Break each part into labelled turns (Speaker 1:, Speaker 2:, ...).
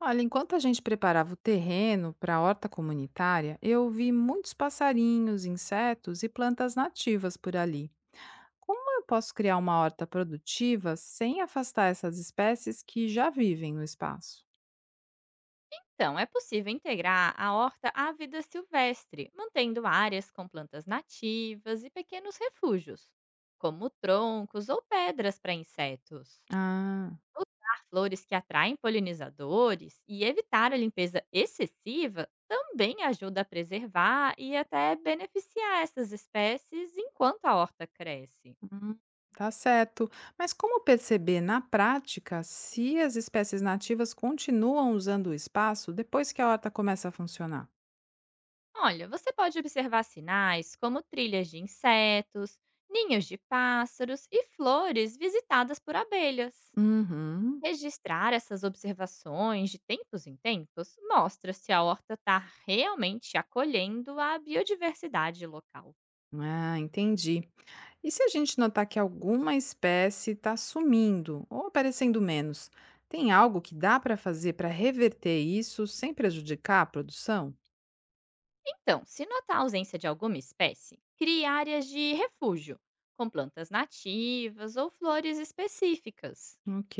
Speaker 1: Olha, enquanto a gente preparava o terreno para a horta comunitária, eu vi muitos passarinhos, insetos e plantas nativas por ali. Como eu posso criar uma horta produtiva sem afastar essas espécies que já vivem no espaço?
Speaker 2: Então, é possível integrar a horta à vida silvestre, mantendo áreas com plantas nativas e pequenos refúgios, como troncos ou pedras para insetos.
Speaker 1: Ah,
Speaker 2: Usar flores que atraem polinizadores e evitar a limpeza excessiva também ajuda a preservar e até beneficiar essas espécies enquanto a horta cresce.
Speaker 1: hum, tá certo. Mas como perceber na prática se as espécies nativas continuam usando o espaço depois que a horta começa a funcionar?
Speaker 2: Olha, você pode observar sinais como trilhas de insetos, ninhos de pássaros e flores visitadas por abelhas.
Speaker 1: Uhum.
Speaker 2: Registrar essas observações de tempos em tempos mostra se a horta está realmente acolhendo a biodiversidade local.
Speaker 1: Ah, entendi. E se a gente notar que alguma espécie está sumindo ou aparecendo menos, tem algo que dá para fazer para reverter isso sem prejudicar a produção?
Speaker 2: Então, se notar a ausência de alguma espécie, crie áreas de refúgio, com plantas nativas ou flores específicas.
Speaker 1: Ok.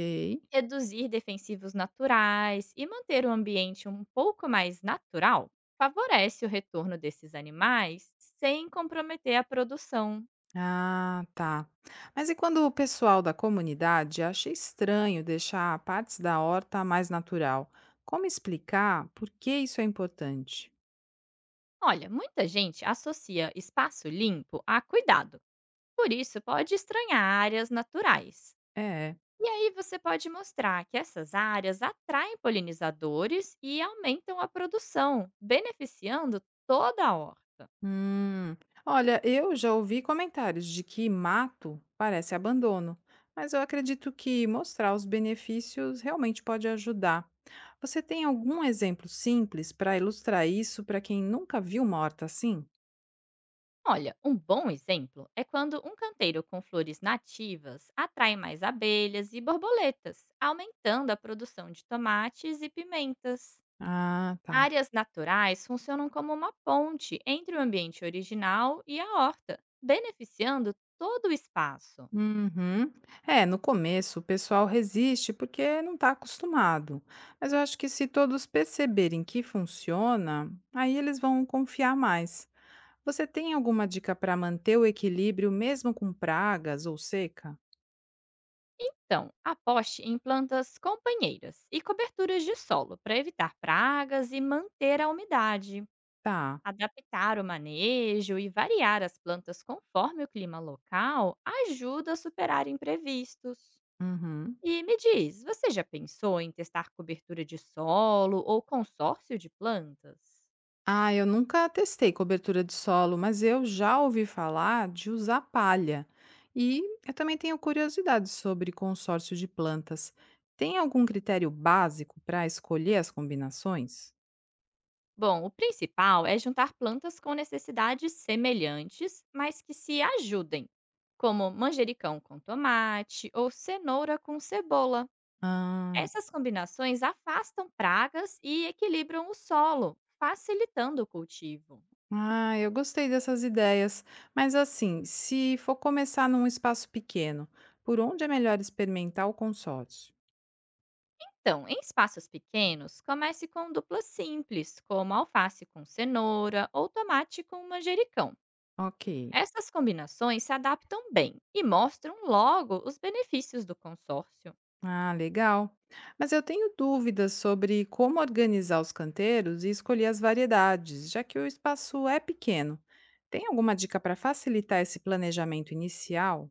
Speaker 2: Reduzir defensivos naturais e manter o ambiente um pouco mais natural favorece o retorno desses animais sem comprometer a produção.
Speaker 1: Ah, tá. Mas e quando o pessoal da comunidade acha estranho deixar partes da horta mais natural? Como explicar por que isso é importante?
Speaker 2: Olha, muita gente associa espaço limpo a cuidado, por isso pode estranhar áreas naturais.
Speaker 1: É.
Speaker 2: E aí você pode mostrar que essas áreas atraem polinizadores e aumentam a produção, beneficiando toda a horta.
Speaker 1: Hum, olha, eu já ouvi comentários de que mato parece abandono, mas eu acredito que mostrar os benefícios realmente pode ajudar. Você tem algum exemplo simples para ilustrar isso para quem nunca viu morta assim?
Speaker 2: Olha, um bom exemplo é quando um canteiro com flores nativas atrai mais abelhas e borboletas, aumentando a produção de tomates e pimentas.
Speaker 1: Ah, tá.
Speaker 2: Áreas naturais funcionam como uma ponte entre o ambiente original e a horta, beneficiando todo o espaço.
Speaker 1: Uhum. É, no começo o pessoal resiste porque não está acostumado, mas eu acho que se todos perceberem que funciona, aí eles vão confiar mais. Você tem alguma dica para manter o equilíbrio mesmo com pragas ou seca?
Speaker 2: Então, aposte em plantas companheiras e coberturas de solo para evitar pragas e manter a umidade.
Speaker 1: Tá.
Speaker 2: Adaptar o manejo e variar as plantas conforme o clima local ajuda a superar imprevistos.
Speaker 1: Uhum.
Speaker 2: E me diz, você já pensou em testar cobertura de solo ou consórcio de plantas?
Speaker 1: Ah, eu nunca testei cobertura de solo, mas eu já ouvi falar de usar palha. E eu também tenho curiosidade sobre consórcio de plantas. Tem algum critério básico para escolher as combinações?
Speaker 2: Bom, o principal é juntar plantas com necessidades semelhantes, mas que se ajudem, como manjericão com tomate ou cenoura com cebola.
Speaker 1: Ah,
Speaker 2: Essas combinações afastam pragas e equilibram o solo, facilitando o cultivo.
Speaker 1: ah, eu gostei dessas ideias. Mas assim, se for começar num espaço pequeno, por onde é melhor experimentar o consórcio?
Speaker 2: Então, em espaços pequenos, comece com duplas simples, como alface com cenoura ou tomate com manjericão.
Speaker 1: Ok.
Speaker 2: Essas combinações se adaptam bem e mostram logo os benefícios do consórcio.
Speaker 1: Ah, legal. Mas eu tenho dúvidas sobre como organizar os canteiros e escolher as variedades, já que o espaço é pequeno. Tem alguma dica para facilitar esse planejamento inicial?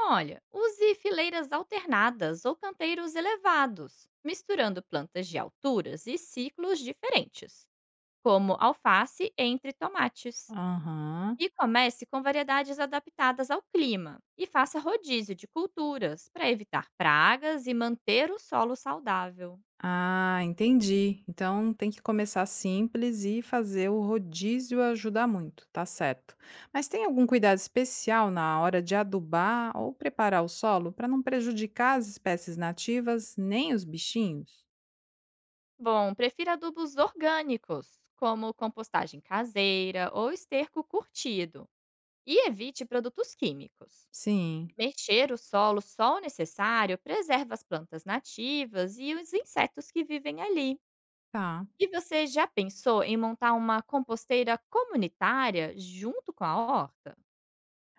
Speaker 2: Olha, use fileiras alternadas ou canteiros elevados, misturando plantas de alturas e ciclos diferentes, como alface entre tomates.
Speaker 1: Aham.
Speaker 2: E comece com variedades adaptadas ao clima e faça rodízio de culturas para evitar pragas e manter o solo saudável.
Speaker 1: Ah, entendi. Então tem que começar simples e fazer o rodízio ajuda muito, tá certo. Mas tem algum cuidado especial na hora de adubar ou preparar o solo para não prejudicar as espécies nativas nem os bichinhos?
Speaker 2: Bom, prefira adubos orgânicos, como compostagem caseira ou esterco curtido, e evite produtos químicos.
Speaker 1: Sim,
Speaker 2: Mexer o solo só o necessário preserva as plantas nativas e os insetos que vivem ali.
Speaker 1: tá.
Speaker 2: E você já pensou em montar uma composteira comunitária junto com a horta?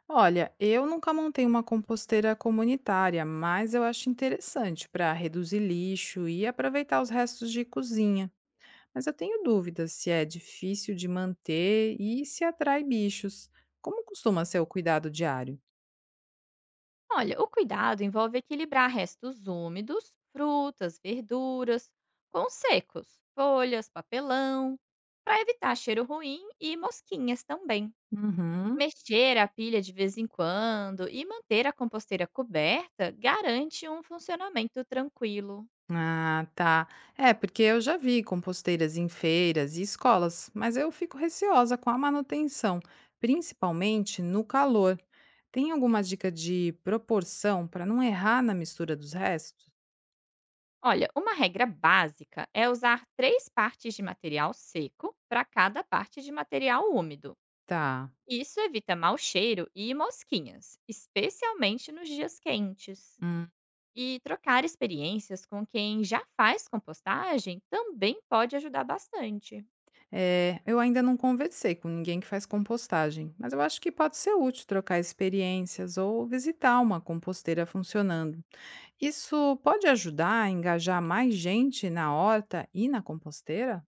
Speaker 1: Olha, eu nunca montei uma composteira comunitária, mas eu acho interessante para reduzir lixo e aproveitar os restos de cozinha. Mas eu tenho dúvidas se é difícil de manter e se atrai bichos. Como costuma ser o cuidado diário?
Speaker 2: Olha, o cuidado envolve equilibrar restos úmidos, frutas, verduras, com secos, folhas, papelão, para evitar cheiro ruim e mosquinhas também.
Speaker 1: Uhum.
Speaker 2: Mexer a pilha de vez em quando e manter a composteira coberta garante um funcionamento tranquilo.
Speaker 1: Ah, tá. É, porque eu já vi composteiras em feiras e escolas, mas eu fico receosa com a manutenção, principalmente no calor. Tem alguma dica de proporção para não errar na mistura dos restos?
Speaker 2: Olha, uma regra básica é usar três partes de material seco para cada parte de material úmido.
Speaker 1: Tá.
Speaker 2: Isso evita mau cheiro e mosquinhas, especialmente nos dias quentes.
Speaker 1: Hum.
Speaker 2: E trocar experiências com quem já faz compostagem também pode ajudar bastante.
Speaker 1: É, eu ainda não conversei com ninguém que faz compostagem, mas eu acho que pode ser útil trocar experiências ou visitar uma composteira funcionando. Isso pode ajudar a engajar mais gente na horta e na composteira?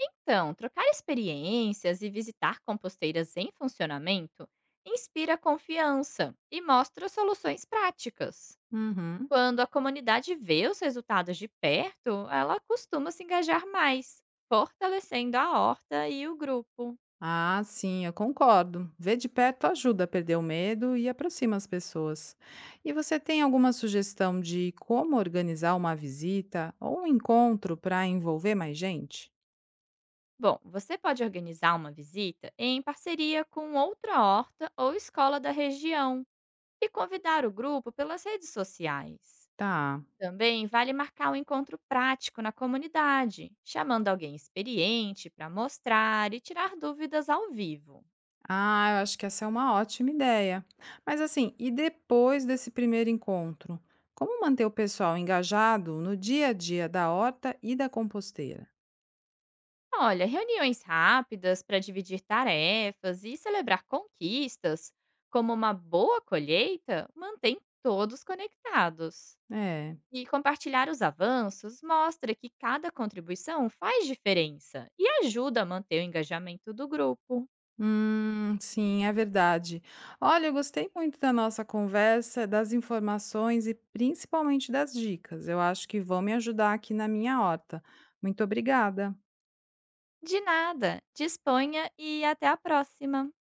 Speaker 2: Então, trocar experiências e visitar composteiras em funcionamento inspira confiança e mostra soluções práticas.
Speaker 1: Uhum.
Speaker 2: Quando a comunidade vê os resultados de perto, ela costuma se engajar mais, fortalecendo a horta e o grupo.
Speaker 1: Ah, sim, eu concordo. Ver de perto ajuda a perder o medo e aproxima as pessoas. E você tem alguma sugestão de como organizar uma visita ou um encontro para envolver mais gente?
Speaker 2: Bom, você pode organizar uma visita em parceria com outra horta ou escola da região e convidar o grupo pelas redes sociais.
Speaker 1: Tá.
Speaker 2: Também vale marcar um encontro prático na comunidade, chamando alguém experiente para mostrar e tirar dúvidas ao vivo.
Speaker 1: Ah, eu acho que essa é uma ótima ideia. Mas assim, e depois desse primeiro encontro? Como manter o pessoal engajado no dia a dia da horta e da composteira?
Speaker 2: Olha, reuniões rápidas para dividir tarefas e celebrar conquistas, como uma boa colheita, mantém todos conectados.
Speaker 1: É.
Speaker 2: E compartilhar os avanços mostra que cada contribuição faz diferença e ajuda a manter o engajamento do grupo.
Speaker 1: Sim, é verdade. Olha, eu gostei muito da nossa conversa, das informações e principalmente das dicas. Eu acho que vão me ajudar aqui na minha horta. Muito obrigada.
Speaker 2: De nada, disponha e até a próxima!